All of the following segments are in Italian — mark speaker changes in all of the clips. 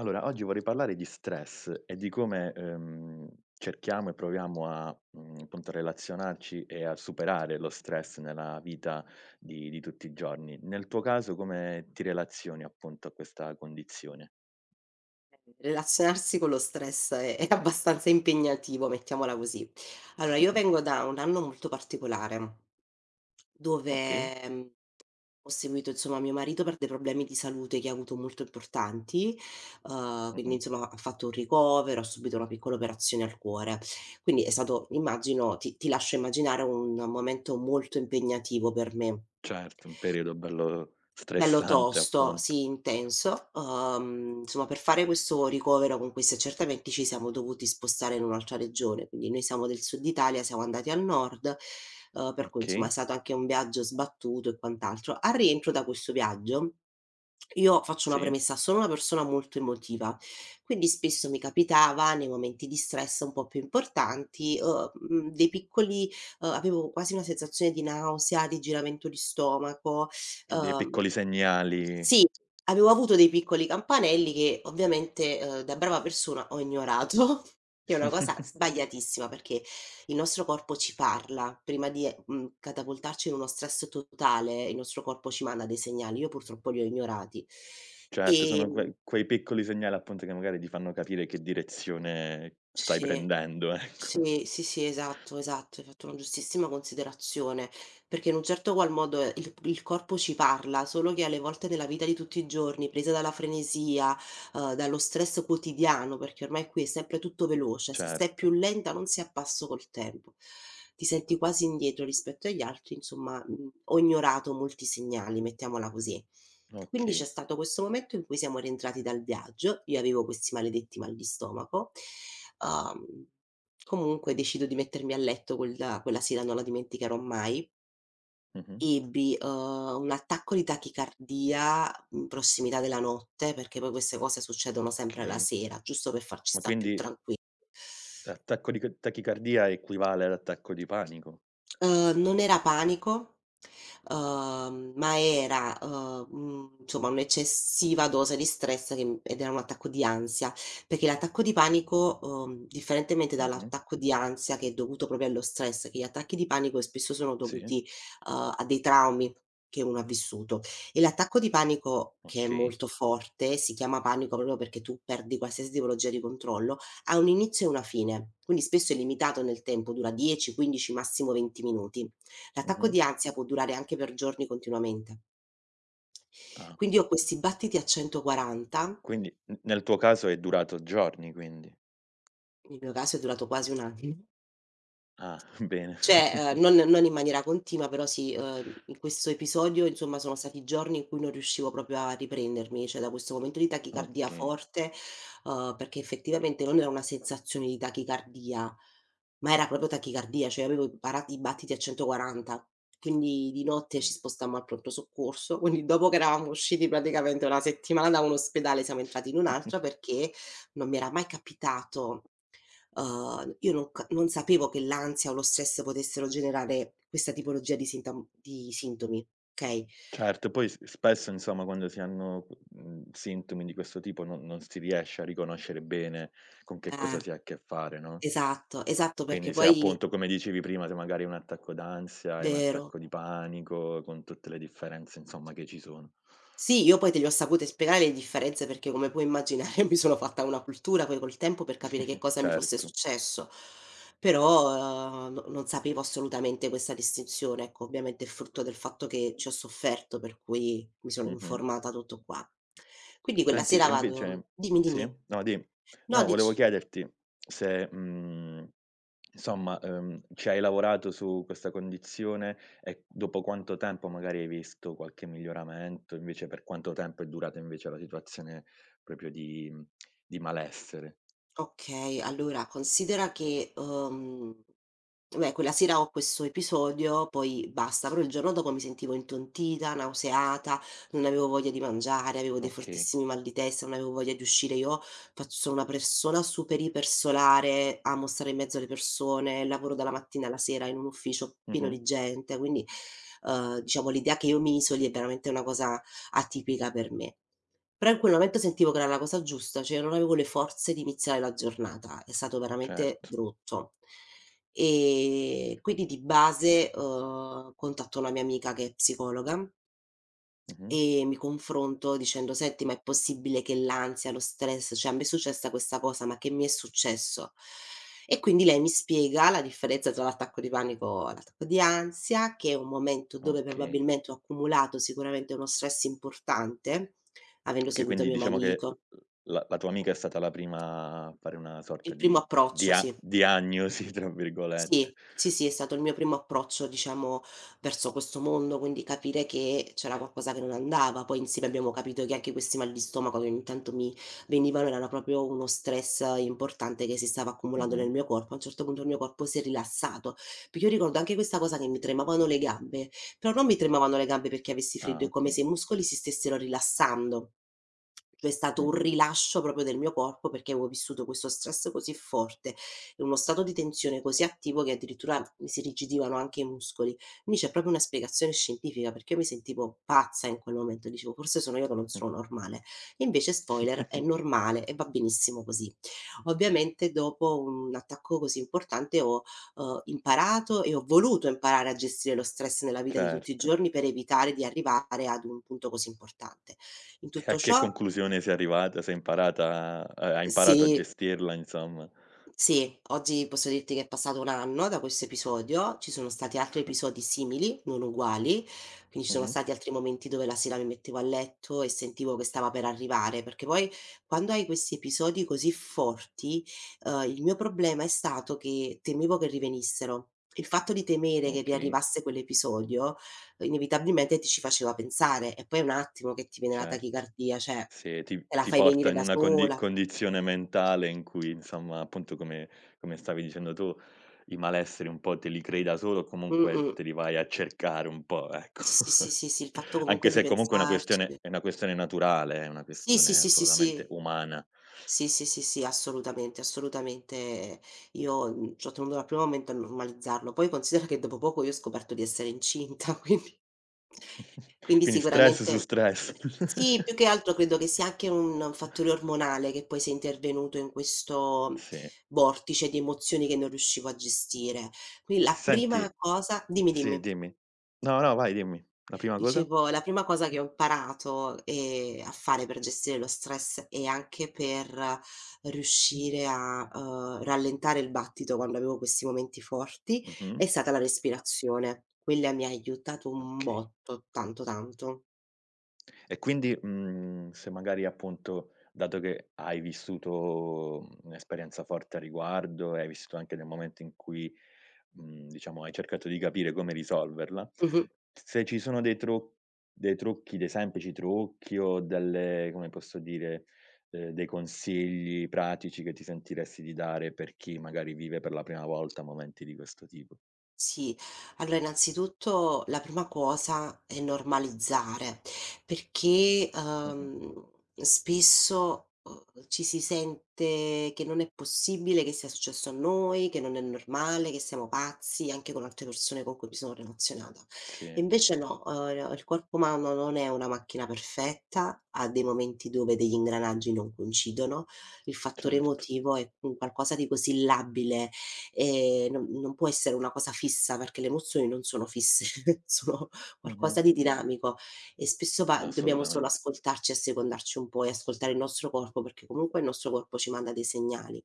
Speaker 1: Allora, oggi vorrei parlare di stress e di come, cerchiamo e proviamo a, appunto relazionarci e a superare lo stress nella vita di tutti i giorni. Nel tuo caso come ti relazioni appunto a questa condizione?
Speaker 2: Relazionarsi con lo stress è abbastanza impegnativo, mettiamola così. Allora, io vengo da un anno molto particolare,
Speaker 1: Okay.
Speaker 2: dove, ho seguito insomma mio marito per dei problemi di salute che ha avuto molto importanti, quindi
Speaker 1: Mh-mh.
Speaker 2: insomma ha fatto un ricovero, ha subito una piccola operazione al cuore. Quindi è stato, immagino, ti lascio immaginare un momento molto impegnativo per me.
Speaker 1: Certo, un periodo bello
Speaker 2: Bello
Speaker 1: stressante
Speaker 2: tosto,
Speaker 1: appunto.
Speaker 2: sì, intenso. Insomma, per fare questo ricovero con questi accertamenti ci siamo dovuti spostare in un'altra regione, quindi noi siamo del sud Italia, siamo andati al nord, per cui insomma è
Speaker 1: Okay,
Speaker 2: stato anche un viaggio sbattuto e quant'altro. Al rientro da questo viaggio, io faccio una
Speaker 1: sì,
Speaker 2: premessa, sono una persona molto emotiva, quindi spesso mi capitava nei momenti di stress un po' più importanti, dei piccoli avevo quasi una sensazione di nausea, di giramento di stomaco,
Speaker 1: e dei
Speaker 2: uhm
Speaker 1: piccoli segnali.
Speaker 2: sì, avevo avuto dei piccoli campanelli che ovviamente, da brava persona ho ignorato, che è una cosa sbagliatissima, perché il nostro corpo ci parla, prima di, catapultarci in uno stress totale, il nostro corpo ci manda dei segnali, io purtroppo li ho ignorati.
Speaker 1: Certo, sono
Speaker 2: Ehm
Speaker 1: quei piccoli segnali appunto che magari ti fanno capire che direzione stai
Speaker 2: sì,
Speaker 1: prendendo, ecco.
Speaker 2: sì, sì, sì, esatto, esatto, hai fatto una giustissima considerazione, perché in un certo qual modo, il corpo ci parla, solo che alle volte nella vita di tutti i giorni, presa dalla frenesia, dallo stress quotidiano, perché ormai qui è sempre tutto veloce, se sei più
Speaker 1: Certo,
Speaker 2: lenta non sei a passo col tempo. Ti senti quasi indietro rispetto agli altri, insomma, ho ignorato molti segnali, mettiamola così. Quindi c'è
Speaker 1: okay.
Speaker 2: stato questo momento in cui siamo rientrati dal viaggio, io avevo questi maledetti mal di stomaco, uhm, comunque decido di mettermi a letto quella sera, non la dimenticherò mai.
Speaker 1: Mh-mh.
Speaker 2: Ebbi, un attacco di tachicardia in prossimità della notte, perché poi queste cose succedono sempre la
Speaker 1: Okay.
Speaker 2: sera, giusto per farci
Speaker 1: Ma
Speaker 2: sta' più
Speaker 1: quindi
Speaker 2: tranquilli.
Speaker 1: l'attacco di c tachicardia equivale all'attacco di panico?
Speaker 2: Non era panico, ma era, insomma, un'eccessiva dose di stress che m ed era un attacco di ansia, perché l'attacco di panico, differentemente
Speaker 1: Mh-mh.
Speaker 2: dall'attacco di ansia, che è dovuto proprio allo stress, che gli attacchi di panico spesso sono
Speaker 1: Sì,
Speaker 2: dovuti, a dei traumi che uno ha vissuto, e l'attacco di panico, che è
Speaker 1: okay.
Speaker 2: molto forte, si chiama panico proprio perché tu perdi qualsiasi tipologia di controllo, ha un inizio e una fine, quindi spesso è limitato nel tempo, dura 10, 15, massimo 20 minuti. L'attacco
Speaker 1: Mh-mh.
Speaker 2: di ansia può durare anche per giorni continuamente.
Speaker 1: Ah,
Speaker 2: Quindi ho questi battiti a 140,
Speaker 1: quindi n nel tuo caso è durato giorni quindi.
Speaker 2: nel mio caso è durato quasi un anno.
Speaker 1: Ah, bene.
Speaker 2: Cioè, non in maniera continua, però sì, in questo episodio, insomma, sono stati giorni in cui non riuscivo proprio a riprendermi, cioè da questo momento di tachicardia
Speaker 1: Okay.
Speaker 2: forte, perché effettivamente non era una sensazione di tachicardia, ma era proprio tachicardia, cioè avevo i battiti a 140. Quindi di notte
Speaker 1: Mh.
Speaker 2: ci spostammo al pronto soccorso, quindi dopo che eravamo usciti praticamente 1 settimana da un ospedale siamo entrati in un altro perché non mi era mai capitato. Io non sapevo che l'ansia o lo stress potessero generare questa tipologia di sintom di sintomi, okay?
Speaker 1: Certo, poi s spesso insomma quando si hanno, sintomi di questo tipo non si riesce a riconoscere bene con che cosa
Speaker 2: Eh,
Speaker 1: si ha a che fare, no,
Speaker 2: esatto, esatto, perché
Speaker 1: quindi se
Speaker 2: poi.
Speaker 1: appunto, come dicevi prima, se magari è un attacco d'ansia, è un
Speaker 2: Vero.
Speaker 1: attacco di panico, con tutte le differenze insomma che ci sono.
Speaker 2: Sì, io poi te le ho sapute spiegare le differenze, perché, come puoi immaginare, mi sono fatta una cultura poi col tempo per capire che cosa mi fosse
Speaker 1: Certo.
Speaker 2: successo, però, no, non sapevo assolutamente questa distinzione, ecco, ovviamente è frutto del fatto che ci ho sofferto, per cui mi sono
Speaker 1: Mh-mh.
Speaker 2: informata, tutto qua. Quindi quella
Speaker 1: Senti,
Speaker 2: sera
Speaker 1: e
Speaker 2: vado.
Speaker 1: invece
Speaker 2: Dimmi,
Speaker 1: sì?
Speaker 2: dimmi.
Speaker 1: No, di.
Speaker 2: No,
Speaker 1: No, volevo
Speaker 2: dici.
Speaker 1: chiederti se, insomma, ci hai lavorato su questa condizione e dopo quanto tempo magari hai visto qualche miglioramento, invece per quanto tempo è durata invece la situazione proprio di malessere.
Speaker 2: Okay, allora considera che, beh, quella sera ho questo episodio, poi basta, però il giorno dopo mi sentivo intontita, nauseata, non avevo voglia di mangiare, avevo dei
Speaker 1: Okay.
Speaker 2: fortissimi mal di testa, non avevo voglia di uscire. Io faccio sono una persona super iper solare, amo stare in mezzo alle persone, lavoro dalla mattina alla sera in un ufficio pieno
Speaker 1: Mh-mh.
Speaker 2: di gente, quindi, diciamo l'idea che io mi isoli è veramente una cosa atipica per me. Però in quel momento sentivo che era la cosa giusta, cioè non avevo le forze di iniziare la giornata, è stato veramente
Speaker 1: Certo.
Speaker 2: brutto. Quindi di base, contatto una mia amica che è psicologa
Speaker 1: Mh-mh.
Speaker 2: e mi confronto dicendo: "Senti, ma è possibile che l'ansia, lo stress, cioè a me è successa questa cosa, ma che mi è successo?" E quindi lei mi spiega la differenza tra l'attacco di panico e l'attacco di ansia, che è un momento dove
Speaker 1: Okay.
Speaker 2: probabilmente ho accumulato sicuramente uno stress importante, avendo
Speaker 1: Okay,
Speaker 2: seguito
Speaker 1: quindi
Speaker 2: mio
Speaker 1: diciamo che l
Speaker 2: marito.
Speaker 1: l la la tua amica è stata la prima a fare una
Speaker 2: Il
Speaker 1: sorta
Speaker 2: primo
Speaker 1: di
Speaker 2: approccio,
Speaker 1: dia
Speaker 2: sì.
Speaker 1: diagnosi tra virgolette.
Speaker 2: Sì, sì, sì, è stato il mio primo approccio, diciamo, verso questo mondo, quindi capire che c'era qualcosa che non andava. Poi insieme abbiamo capito che anche questi mal di stomaco che ogni tanto mi venivano erano proprio uno stress importante che si stava accumulando nel
Speaker 1: Mh-mh.
Speaker 2: mio corpo. A un certo punto il mio corpo si è rilassato. Perché io ricordo anche questa cosa che mi tremavano le gambe, però non mi tremavano le gambe perché avessi freddo,
Speaker 1: Ah,
Speaker 2: è come
Speaker 1: okay.
Speaker 2: se i muscoli si stessero rilassando, cioè è stato
Speaker 1: Mh-mh.
Speaker 2: un rilascio proprio del mio corpo perché avevo vissuto questo stress così forte in uno stato di tensione così attivo che addirittura mi si irrigidivano anche i muscoli. Quindi c'è proprio una spiegazione scientifica, perché io mi sentivo pazza in quel momento, dicevo: "Forse sono io che non sono normale". Invece spoiler, è normale e va benissimo così. Ovviamente dopo un attacco così importante ho, imparato e ho voluto imparare a gestire lo stress nella vita di tutti i
Speaker 1: Certo.
Speaker 2: giorni per evitare di arrivare ad un punto così importante. In
Speaker 1: E
Speaker 2: tutto
Speaker 1: a che
Speaker 2: ciò,
Speaker 1: conclusione sei arrivata? Sei imparata a hai imparato a
Speaker 2: sì.
Speaker 1: gestirla insomma.
Speaker 2: Sì, oggi posso dirti che è passato un anno da questo episodio, ci sono stati altri episodi simili, non uguali, quindi ci sono
Speaker 1: Mh-mh.
Speaker 2: stati altri momenti dove la sera mi mettevo a letto e sentivo che stava per arrivare, perché poi quando hai questi episodi così forti, il mio problema è stato che temevo che rivenissero. Il fatto di temere che
Speaker 1: Okay,
Speaker 2: riarrivasse quell'episodio, inevitabilmente ti ci faceva pensare e poi è un attimo che ti viene la
Speaker 1: certo.
Speaker 2: tachicardia, cioè
Speaker 1: Se ti
Speaker 2: te la
Speaker 1: ti
Speaker 2: fai
Speaker 1: porta
Speaker 2: venire
Speaker 1: in
Speaker 2: da
Speaker 1: una condi
Speaker 2: sola.
Speaker 1: condizione mentale in cui insomma, appunto come stavi dicendo tu, i malesseri un po' te li crei da solo o
Speaker 2: Mm,
Speaker 1: comunque
Speaker 2: mm.
Speaker 1: te li vai a cercare un po', ecco.
Speaker 2: Sì, sì, sì, sì, sì, il fatto
Speaker 1: Anche
Speaker 2: comunque di
Speaker 1: se comunque è una questione
Speaker 2: pensarci.
Speaker 1: è una questione naturale, è una
Speaker 2: Sì, sì,
Speaker 1: questione
Speaker 2: sì, sì,
Speaker 1: assolutamente
Speaker 2: sì.
Speaker 1: umana.
Speaker 2: Sì, sì, sì, sì, assolutamente, assolutamente. Io, ci ho tenuto dal primo momento a normalizzarlo. Poi considera che dopo poco io ho scoperto di essere incinta, quindi quindi
Speaker 1: Quindi stress su
Speaker 2: sicuramente
Speaker 1: stress.
Speaker 2: sì, più che altro credo che sia anche un fattore ormonale che poi sia intervenuto in questo
Speaker 1: Sì.
Speaker 2: vortice di emozioni che non riuscivo a gestire. Quindi la prima
Speaker 1: Senti
Speaker 2: cosa, dimmi,
Speaker 1: sì,
Speaker 2: dimmi.
Speaker 1: dimmi. No, no, vai dimmi. La prima cosa?
Speaker 2: Dicevo, la prima cosa che ho imparato, a fare per gestire lo stress e anche per riuscire a, rallentare il battito quando avevo questi momenti forti,
Speaker 1: Mh-mh.
Speaker 2: è stata la respirazione. Quella mi ha aiutato un
Speaker 1: Okay.
Speaker 2: botto, tanto, tanto.
Speaker 1: E quindi, se magari appunto, dato che hai vissuto, un'esperienza forte a riguardo e hai vissuto anche nel momento in cui, diciamo hai cercato di capire come risolverla,
Speaker 2: Mh-mh.
Speaker 1: se ci sono dei trucchi, dei semplici trucchi o delle come posso dire, dei consigli pratici che ti sentiresti di dare per chi magari vive per la prima volta momenti di questo tipo.
Speaker 2: Sì, allora innanzitutto la prima cosa è normalizzare, perché,
Speaker 1: Mh-mh.
Speaker 2: spesso, ci si sente che non è possibile che sia successo a noi, che non è normale, che siamo pazzi, anche con altre persone con cui mi sono relazionata. E
Speaker 1: Sì,
Speaker 2: invece no, il corpo umano non è una macchina perfetta, ha dei momenti dove degli ingranaggi non coincidono, il fattore
Speaker 1: certo.
Speaker 2: emotivo è un qualcosa di così labile. Non può essere una cosa fissa, perché le emozioni non sono fisse, sono
Speaker 1: Mh-mh.
Speaker 2: qualcosa di dinamico, e spesso va dobbiamo solo
Speaker 1: Assolutamente.
Speaker 2: ascoltarci, assecondarci un po' e ascoltare il nostro corpo, perché comunque il nostro corpo ci manda dei segnali.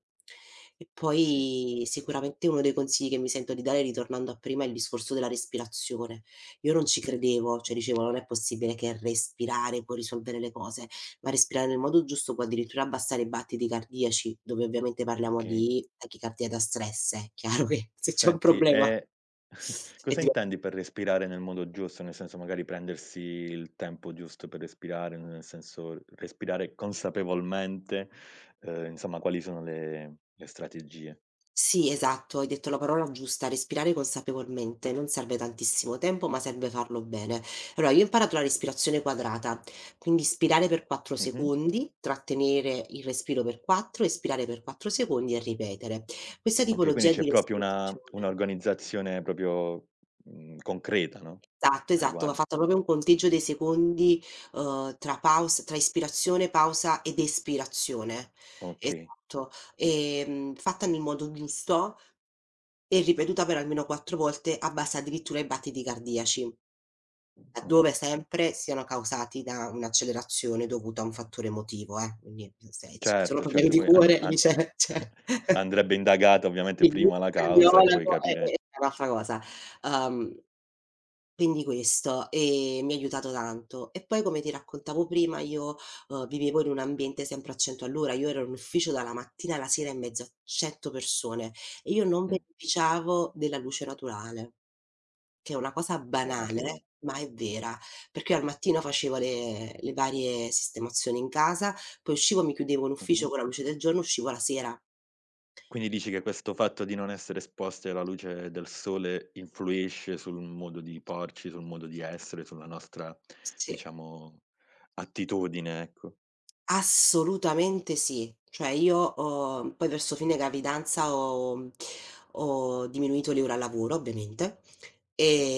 Speaker 2: E
Speaker 1: Sì,
Speaker 2: poi sicuramente uno dei consigli che mi sento di dare, ritornando a prima, è il discorso della respirazione. Io non ci credevo, cioè dicevo: "Non
Speaker 1: okay.
Speaker 2: è possibile che respirare può risolvere le cose." Ma respirare nel modo giusto può addirittura abbassare i battiti cardiaci, dove ovviamente parliamo
Speaker 1: Okay.
Speaker 2: di tachicardia da stress, è chiaro che se c'è un
Speaker 1: Senti,
Speaker 2: problema
Speaker 1: e
Speaker 2: è
Speaker 1: cosa
Speaker 2: dive
Speaker 1: intendi per respirare nel modo giusto? Nel senso, magari prendersi il tempo giusto per respirare, nel senso respirare consapevolmente, insomma quali sono le strategie?
Speaker 2: sì, esatto, hai detto la parola giusta, respirare consapevolmente, non serve tantissimo tempo, ma serve farlo bene. Allora, io ho imparato la respirazione quadrata, quindi ispirare per 4
Speaker 1: Mh-mh.
Speaker 2: secondi, trattenere il respiro per 4, espirare per 4 secondi e ripetere. Questa
Speaker 1: Okay, quindi
Speaker 2: tipologia di
Speaker 1: c'è proprio una
Speaker 2: respirazione.
Speaker 1: un'organizzazione proprio, concreta, no,
Speaker 2: Esatto,
Speaker 1: a
Speaker 2: esatto, va
Speaker 1: riguardo.
Speaker 2: fatto proprio un conteggio dei secondi, tra paus tra ispirazione, pausa ed espirazione.
Speaker 1: Okay.
Speaker 2: Esatto. Fatta nel modo giusto e ripetuta per almeno 4 volte a base addirittura ai battiti cardiaci.
Speaker 1: Mh.
Speaker 2: Laddove sempre siano causati da un'accelerazione dovuta a un fattore emotivo, quindi se ci sono
Speaker 1: Certo,
Speaker 2: problemi
Speaker 1: certo,
Speaker 2: di
Speaker 1: poi and
Speaker 2: cuore lì
Speaker 1: an
Speaker 2: c'è
Speaker 1: andrebbe indagata ovviamente
Speaker 2: Sì, il
Speaker 1: prima la causa e poi
Speaker 2: cardiologo è è
Speaker 1: capire
Speaker 2: è un'altra cosa. Uhm quindi questo, mi ha aiutato tanto. E poi come ti raccontavo prima io, vivevo in un ambiente sempre a 100 all'ora. Io ero in ufficio dalla mattina alla sera in mezzo a 100 persone e io non
Speaker 1: mh,
Speaker 2: beneficiavo della luce naturale, che è una cosa banale,
Speaker 1: okay.
Speaker 2: ma è vera, perché io al mattino facevo le varie sistemazioni in casa, poi uscivo, mi chiudevo in
Speaker 1: Mh-mh.
Speaker 2: ufficio con la luce del giorno, uscivo la sera.
Speaker 1: Quindi dici che questo fatto di non essere esposti alla luce del sole influisce sul modo di porci, sul modo di essere, sulla nostra,
Speaker 2: Sì.
Speaker 1: diciamo, attitudine, ecco.
Speaker 2: Assolutamente sì. Cioè io ho poi verso fine gravidanza ho diminuito le ore al lavoro ovviamente,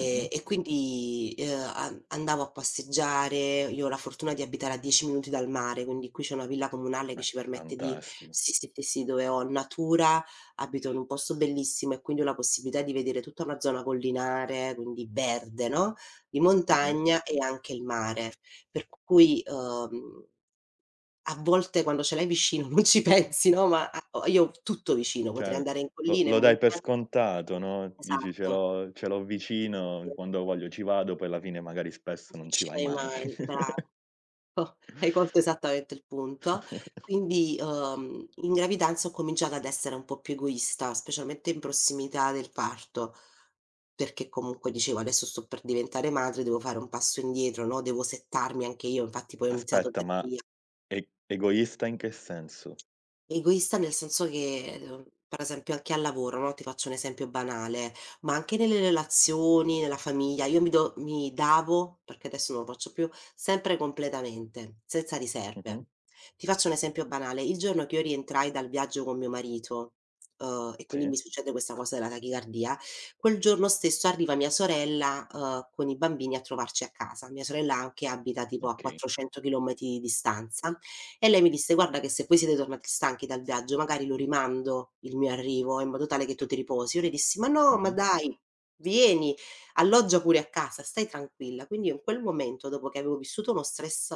Speaker 1: Mh-mh.
Speaker 2: e quindi, a andavo a passeggiare. Io ho la fortuna di abitare a 10 minuti dal mare, quindi qui c'è una villa comunale che
Speaker 1: Beh,
Speaker 2: ci permette di
Speaker 1: fantastico.
Speaker 2: sì, sì, sì, sì, dove ho natura, abito in un posto bellissimo e quindi ho la possibilità di vedere tutta una zona collinare, quindi verde, no, di
Speaker 1: Mh-mh.
Speaker 2: montagna e anche il mare. Per cui, a volte quando ce l'hai vicino non ci pensi, no, ma a o io ho tutto vicino, potrei
Speaker 1: Cioè,
Speaker 2: andare in
Speaker 1: lo
Speaker 2: collina, in
Speaker 1: lo dai per
Speaker 2: montagna
Speaker 1: scontato, no, dici:
Speaker 2: esatto,
Speaker 1: ce l'ho
Speaker 2: e
Speaker 1: vicino, quando voglio ci vado", poi alla fine magari spesso
Speaker 2: non
Speaker 1: non ci
Speaker 2: ci
Speaker 1: vai
Speaker 2: vai
Speaker 1: mai.
Speaker 2: mai, bravo, hai colto esattamente il punto. Quindi, in gravidanza ho cominciato ad essere un po' più egoista, specialmente in prossimità del parto, perché comunque dicevo: "Adesso sto per diventare madre, devo fare un passo indietro, no, devo settarmi anche io", infatti poi ho iniziato
Speaker 1: Aspetta, ma
Speaker 2: terapia.
Speaker 1: egoista in che senso?
Speaker 2: Egoista nel senso che, per esempio anche al lavoro, no, ti faccio un esempio banale, ma anche nelle relazioni, nella famiglia, io mi davo, perché adesso non lo faccio più, sempre completamente, senza riserve.
Speaker 1: Mh-mh.
Speaker 2: Ti faccio un esempio banale, il giorno che io rientrai dal viaggio con mio marito, e quindi mi
Speaker 1: Sì,
Speaker 2: succede questa cosa della tachicardia, quel giorno stesso arriva mia sorella, con i bambini a trovarci a casa. Mia sorella anche abita tipo a
Speaker 1: okay.
Speaker 2: 400 chilometri di distanza e lei mi disse: "Guarda che se poi siete tornati stanchi dal viaggio, magari lo rimando il mio arrivo, in modo tale che tu ti riposi". Io le dissi: "Ma no, ma
Speaker 1: Mh-mh.
Speaker 2: dai, vieni, alloggia pure a casa, stai tranquilla". Quindi io in quel momento, dopo che avevo vissuto uno stress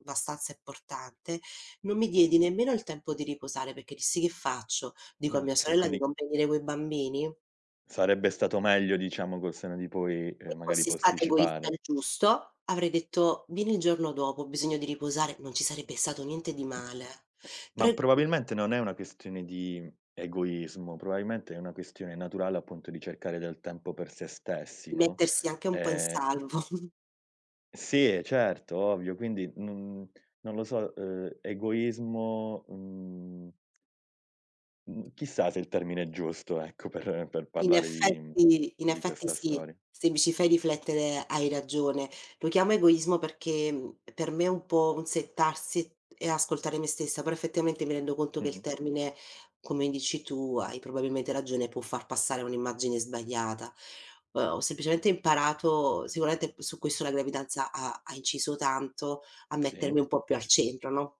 Speaker 2: abbastanza importante, non mi diedi nemmeno il tempo di riposare, perché dissi: "Che faccio? Dico a mia
Speaker 1: Okay,
Speaker 2: sorella di
Speaker 1: quindi
Speaker 2: non venire coi bambini?"
Speaker 1: sarebbe stato meglio, diciamo, col senno di poi,
Speaker 2: Se
Speaker 1: magari
Speaker 2: fossi stata egoista al
Speaker 1: posticipare.
Speaker 2: giusto, avrei detto: "Vieni il giorno dopo, ho bisogno di riposare", non ci sarebbe stato niente di male.
Speaker 1: Ma
Speaker 2: Pre
Speaker 1: probabilmente non è una questione di egoismo, probabilmente è una questione naturale, appunto, di cercare del tempo per se
Speaker 2: Di
Speaker 1: stessi, no,
Speaker 2: mettersi anche un po' in
Speaker 1: ehm
Speaker 2: salvo.
Speaker 1: sì, certo, ovvio, quindi non lo so, egoismo, mhmm, chissà se il termine è giusto, ecco, per
Speaker 2: In
Speaker 1: parlare di
Speaker 2: effetti in
Speaker 1: di
Speaker 2: effetti
Speaker 1: questa
Speaker 2: sì,
Speaker 1: storia.
Speaker 2: se mi ci fai riflettere hai ragione. Lo chiamo egoismo perché, mhmm, per me è un po' un settarsi e ascoltare me stessa, però effettivamente mi rendo conto che il
Speaker 1: Mh-mh.
Speaker 2: termine, come dici tu, hai probabilmente ragione, può far passare un'immagine sbagliata. Ho semplicemente imparato, sicuramente su questo la gravidanza ha inciso tanto, a
Speaker 1: Sì,
Speaker 2: mettermi un po' più al centro, no?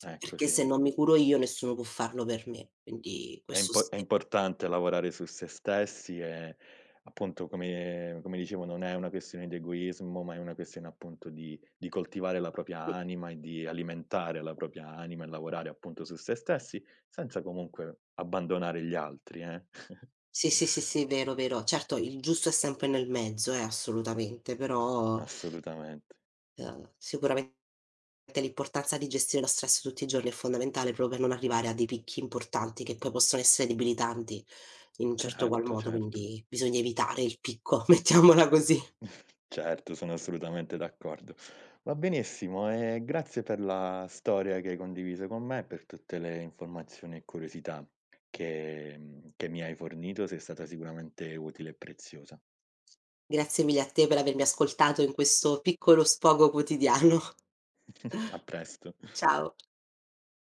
Speaker 1: ecco,
Speaker 2: Perché
Speaker 1: sì.
Speaker 2: se non mi curo io nessuno può farlo per me, quindi
Speaker 1: È
Speaker 2: questo
Speaker 1: impo è
Speaker 2: sì.
Speaker 1: importante lavorare su se stessi e appunto come dicevo non è una questione di egoismo, ma è una questione appunto di coltivare la propria
Speaker 2: Mh.
Speaker 1: anima e di alimentare la propria anima e lavorare appunto su se stessi, senza comunque abbandonare gli altri, eh.
Speaker 2: Sì, sì, sì, sì, vero, vero. Certo il giusto è sempre nel mezzo, assolutamente, però,
Speaker 1: Assolutamente.
Speaker 2: sicuramente l'importanza di gestire lo stress tutti i giorni è fondamentale proprio per non arrivare a dei picchi importanti che poi possono essere debilitanti in un certo qual
Speaker 1: Certo,
Speaker 2: modo,
Speaker 1: certo.
Speaker 2: quindi bisogna evitare il picco, mettiamola così.
Speaker 1: Certo, sono assolutamente d'accordo. Va benissimo e grazie per la storia che hai condiviso con me, per tutte le informazioni e curiosità che mi hai fornito, sei stata sicuramente utile e preziosa.
Speaker 2: Grazie mille a te per avermi ascoltato in questo piccolo sfogo quotidiano.
Speaker 1: A presto.
Speaker 2: Ciao.